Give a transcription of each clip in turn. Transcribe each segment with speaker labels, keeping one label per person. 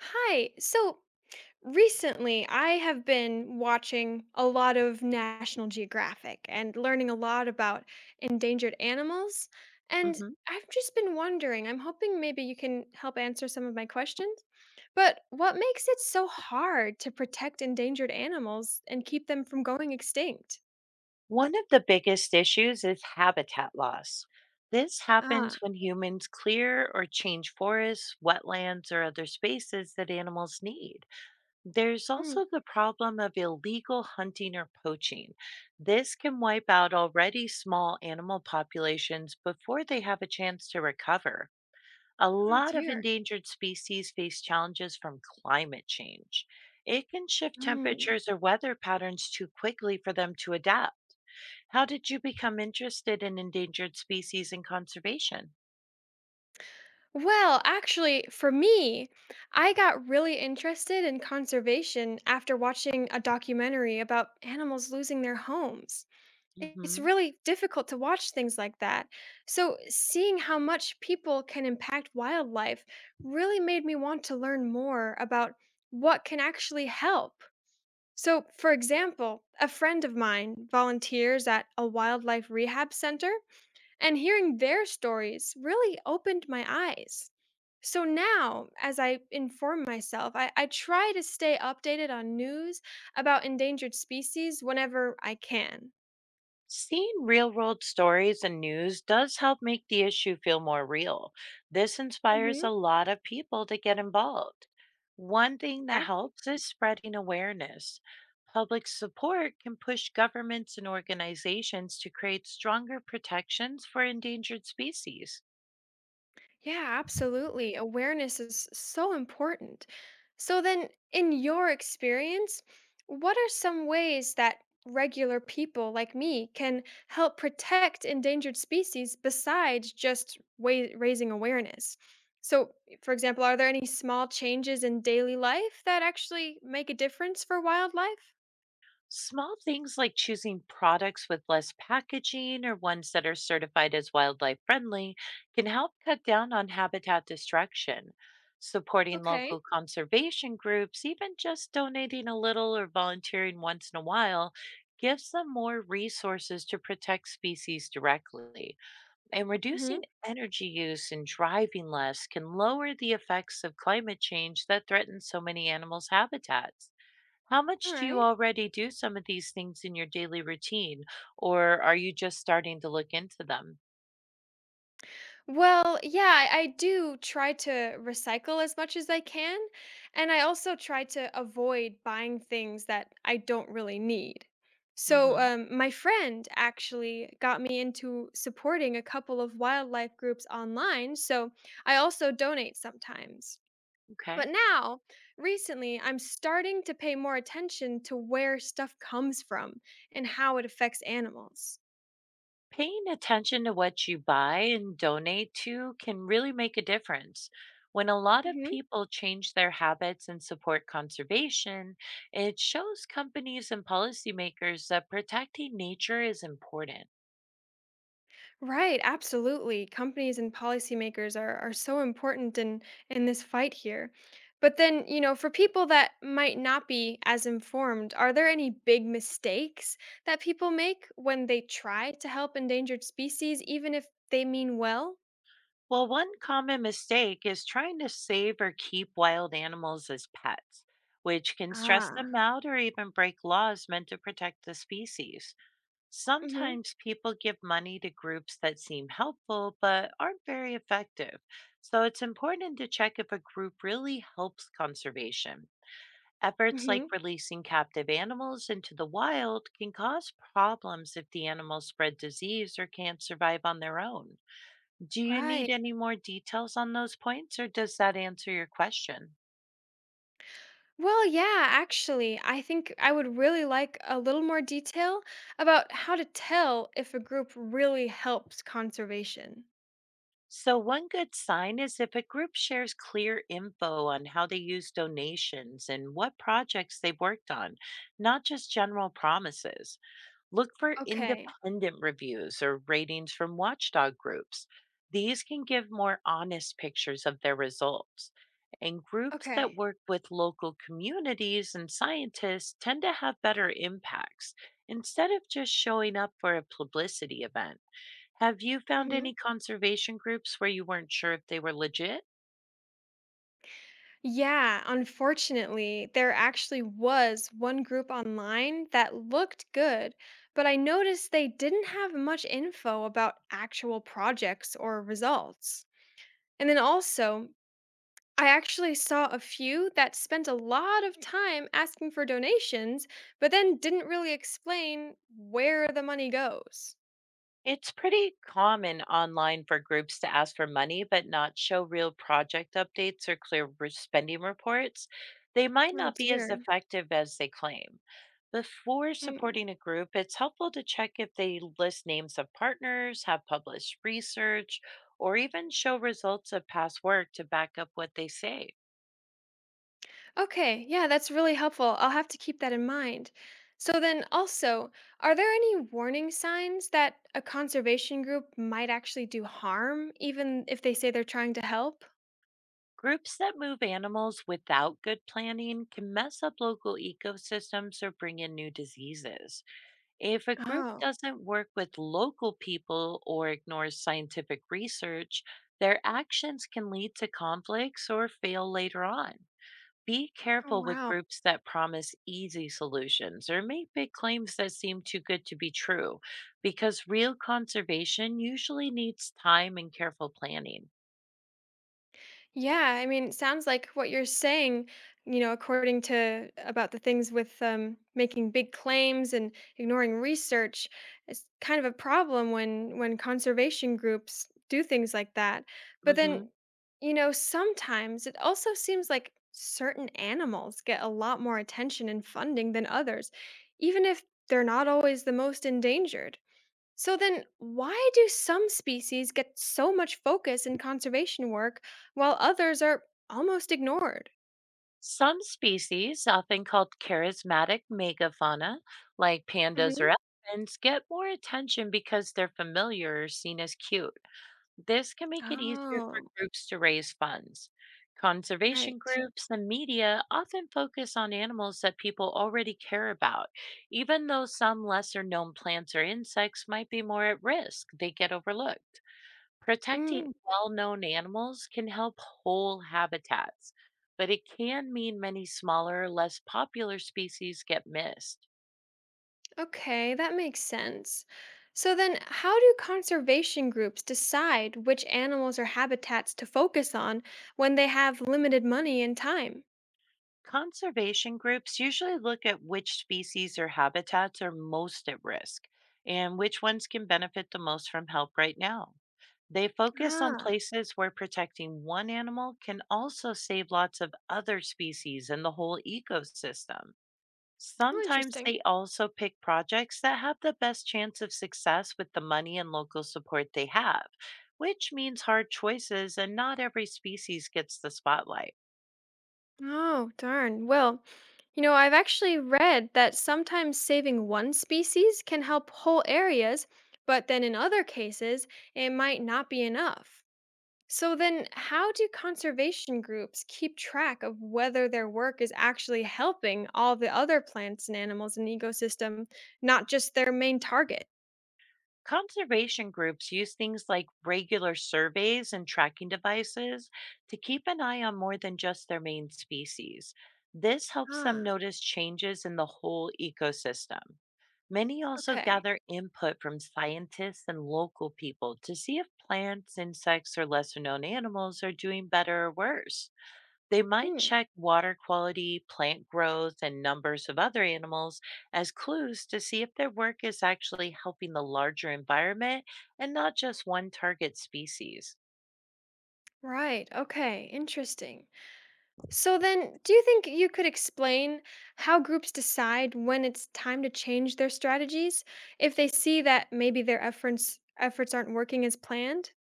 Speaker 1: Hi. So recently, I have been watching a lot of National Geographic and learning a lot about endangered animals. And
Speaker 2: Mhm.
Speaker 1: I've just been wondering, I'm hoping maybe you can help answer some of my questions. But what makes it so hard to protect endangered animals and keep them from going extinct?
Speaker 2: One of the biggest issues is habitat loss. This happens
Speaker 1: Ah,
Speaker 2: when humans clear or change forests, wetlands, or other spaces that animals need. There's
Speaker 1: mm,
Speaker 2: also the problem of illegal hunting or poaching. This can wipe out already small animal populations before they have a chance to recover. A
Speaker 1: oh
Speaker 2: lot of
Speaker 1: dear.
Speaker 2: endangered species face challenges from climate change. It can shift
Speaker 1: Mm.
Speaker 2: temperatures or weather patterns too quickly for them to adapt. How did you become interested in endangered species and conservation?
Speaker 1: Well, actually, for me, I got really interested in conservation after watching a documentary about animals losing their homes. It's
Speaker 2: hmm
Speaker 1: really difficult to watch things like that. So, seeing how much people can impact wildlife really made me want to learn more about what can actually help. So, for example, a friend of mine volunteers at a wildlife rehab center, and hearing their stories really opened my eyes. So now, as I inform myself, I try to stay updated on news about endangered species whenever I can.
Speaker 2: Seeing real world stories and news does help make the issue feel more real. This inspires a
Speaker 1: Hmm.
Speaker 2: lot of people to get involved. One thing that helps is spreading awareness. Public support can push governments and organizations to create stronger protections for endangered species.
Speaker 1: Yeah, absolutely. Awareness is so important. So, then, in your experience, what are some ways that regular people like me can help protect endangered species besides just raising awareness? So, for example, are there any small changes in daily life that actually make a difference for wildlife?
Speaker 2: Small things like choosing products with less packaging or ones that are certified as wildlife friendly can help cut down on habitat destruction. Supporting
Speaker 1: Okay.
Speaker 2: local conservation groups, even just donating a little or volunteering once in a while, gives them more resources to protect species directly. And
Speaker 1: Mm-hmm.
Speaker 2: reducing energy use and driving less can lower the effects of climate change that threaten so many animals' habitats. How
Speaker 1: All
Speaker 2: much do you
Speaker 1: right.
Speaker 2: already do some of these things in your daily routine, or are you just starting to look into them?
Speaker 1: Well, yeah, I do try to recycle as much as I can. And I also try to avoid buying things that I don't really need. So,
Speaker 2: Hmm.
Speaker 1: my friend actually got me into supporting a couple of wildlife groups online. So, I also donate sometimes.
Speaker 2: Okay.
Speaker 1: But now, recently, I'm starting to pay more attention to where stuff comes from and how it affects animals.
Speaker 2: Paying attention to what you buy and donate to can really make a difference. When a lot of people change their habits and support conservation, it shows companies and policymakers that protecting nature is important.
Speaker 1: Right, absolutely. Companies and policymakers are so important in this fight here. But then, you know, for people that might not be as informed, are there any big mistakes that people make when they try to help endangered species, even if they mean well?
Speaker 2: Well, one common mistake is trying to save or keep wild animals as pets, which can stress
Speaker 1: Ah.
Speaker 2: them out or even break laws meant to protect the species.
Speaker 1: Mm-hmm.
Speaker 2: Sometimes people give money to groups that seem helpful but aren't very effective, so it's important to check if a group really helps conservation. Efforts like
Speaker 1: Mm-hmm.
Speaker 2: releasing captive animals into the wild can cause problems if the animals spread disease or can't survive on their own. Do you need
Speaker 1: Right.
Speaker 2: any more details on those points, or does that answer your question?
Speaker 1: Well, yeah, actually, I think I would really like a little more detail about how to tell if a group really helps conservation.
Speaker 2: So, one good sign is if a group shares clear info on how they use donations and what projects they've worked on, not just general promises. Look for
Speaker 1: Okay.
Speaker 2: independent reviews or ratings from watchdog groups. These can give more honest pictures of their results. And groups that
Speaker 1: Okay.
Speaker 2: work with local communities and scientists tend to have better impacts, instead of just showing up for a publicity event. Have you found any
Speaker 1: Mhm.
Speaker 2: conservation groups where you weren't sure if they were legit?
Speaker 1: Yeah, unfortunately, there actually was one group online that looked good, but I noticed they didn't have much info about actual projects or results. And then also, I actually saw a few that spent a lot of time asking for donations, but then didn't really explain where the money goes.
Speaker 2: It's pretty common online for groups to ask for money but not show real project updates or clear spending reports. They might
Speaker 1: Oh
Speaker 2: not be as
Speaker 1: dear.
Speaker 2: effective as they claim. Before
Speaker 1: Mm.
Speaker 2: supporting a group, it's helpful to check if they list names of partners, have published research, or even show results of past work to back up what they say.
Speaker 1: Okay, yeah, that's really helpful. I'll have to keep that in mind. So, then also, are there any warning signs that a conservation group might actually do harm, even if they say they're trying to help?
Speaker 2: Groups that move animals without good planning can mess up local ecosystems or bring in new diseases. If a group
Speaker 1: Oh,
Speaker 2: doesn't work with local people or ignores scientific research, their actions can lead to conflicts or fail later on. Be
Speaker 1: oh,
Speaker 2: careful with
Speaker 1: wow.
Speaker 2: groups that promise easy solutions or make big claims that seem too good to be true, because real conservation usually needs time and careful planning.
Speaker 1: Yeah, I mean, it sounds like what you're saying, you know, according to about the things with making big claims and ignoring research, is kind of a problem when conservation groups do things like that. But then,
Speaker 2: Mhm.
Speaker 1: you know, sometimes it also seems like certain animals get a lot more attention and funding than others, even if they're not always the most endangered. So then, why do some species get so much focus in conservation work while others are almost ignored?
Speaker 2: Some species, often called charismatic megafauna, like pandas
Speaker 1: Hmm.
Speaker 2: or elephants, get more attention because they're familiar or seen as cute. This can make it easier for
Speaker 1: Oh,
Speaker 2: groups to raise funds. Conservation
Speaker 1: right.
Speaker 2: groups and media often focus on animals that people already care about, even though some lesser known plants or insects might be more at risk, they get overlooked.
Speaker 1: Mm,
Speaker 2: Protecting well known animals can help whole habitats, but it can mean many smaller, less popular species get missed.
Speaker 1: okay, that makes sense. So then, how do conservation groups decide which animals or habitats to focus on when they have limited money and time?
Speaker 2: Conservation groups usually look at which species or habitats are most at risk, and which ones can benefit the most from help right now. They focus on
Speaker 1: Ah,
Speaker 2: places where protecting one animal can also save lots of other species and the whole ecosystem.
Speaker 1: oh,
Speaker 2: Sometimes
Speaker 1: interesting.
Speaker 2: they also pick projects that have the best chance of success with the money and local support they have, which means hard choices, and not every species gets the spotlight.
Speaker 1: Oh, darn. Well, you know, I've actually read that sometimes saving one species can help whole areas, but then in other cases, it might not be enough. So then, how do conservation groups keep track of whether their work is actually helping all the other plants and animals in the ecosystem, not just their main target?
Speaker 2: Conservation groups use things like regular surveys and tracking devices to keep an eye on more than just their main species. This helps them
Speaker 1: Ah,
Speaker 2: notice changes in the whole ecosystem. Many also
Speaker 1: okay.
Speaker 2: gather input from scientists and local people to see if plants, insects, or lesser known animals are doing better or worse. They might
Speaker 1: Hmm.
Speaker 2: check water quality, plant growth, and numbers of other animals as clues to see if their work is actually helping the larger environment and not just one target species.
Speaker 1: Right. Okay. Interesting. So then, do you think you could explain how groups decide when it's time to change their strategies if they see that maybe their efforts aren't working as planned?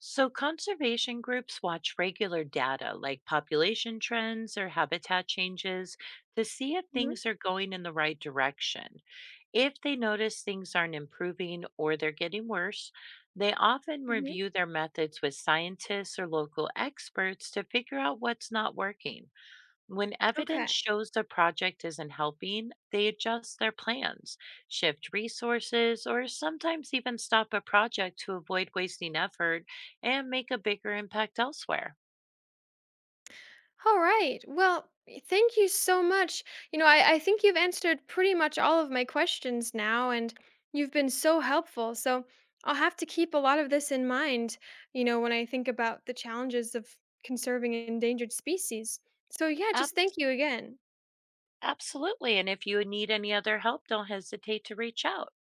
Speaker 2: So, conservation groups watch regular data like population trends or habitat changes to see if
Speaker 1: Hmm.
Speaker 2: things are going in the right direction. If they notice things aren't improving or they're getting worse, they often
Speaker 1: Hmm.
Speaker 2: review their methods with scientists or local experts to figure out what's not working. When evidence
Speaker 1: Okay.
Speaker 2: shows the project isn't helping, they adjust their plans, shift resources, or sometimes even stop a project to avoid wasting effort and make a bigger impact elsewhere.
Speaker 1: All right. Well, thank you so much. You know, I think you've answered pretty much all of my questions now, and you've been so helpful. So I'll have to keep a lot of this in mind, you know, when I think about the challenges of conserving endangered species. So yeah, just
Speaker 2: Ab-
Speaker 1: thank you again.
Speaker 2: Absolutely. And if you need any other help, don't hesitate to reach out.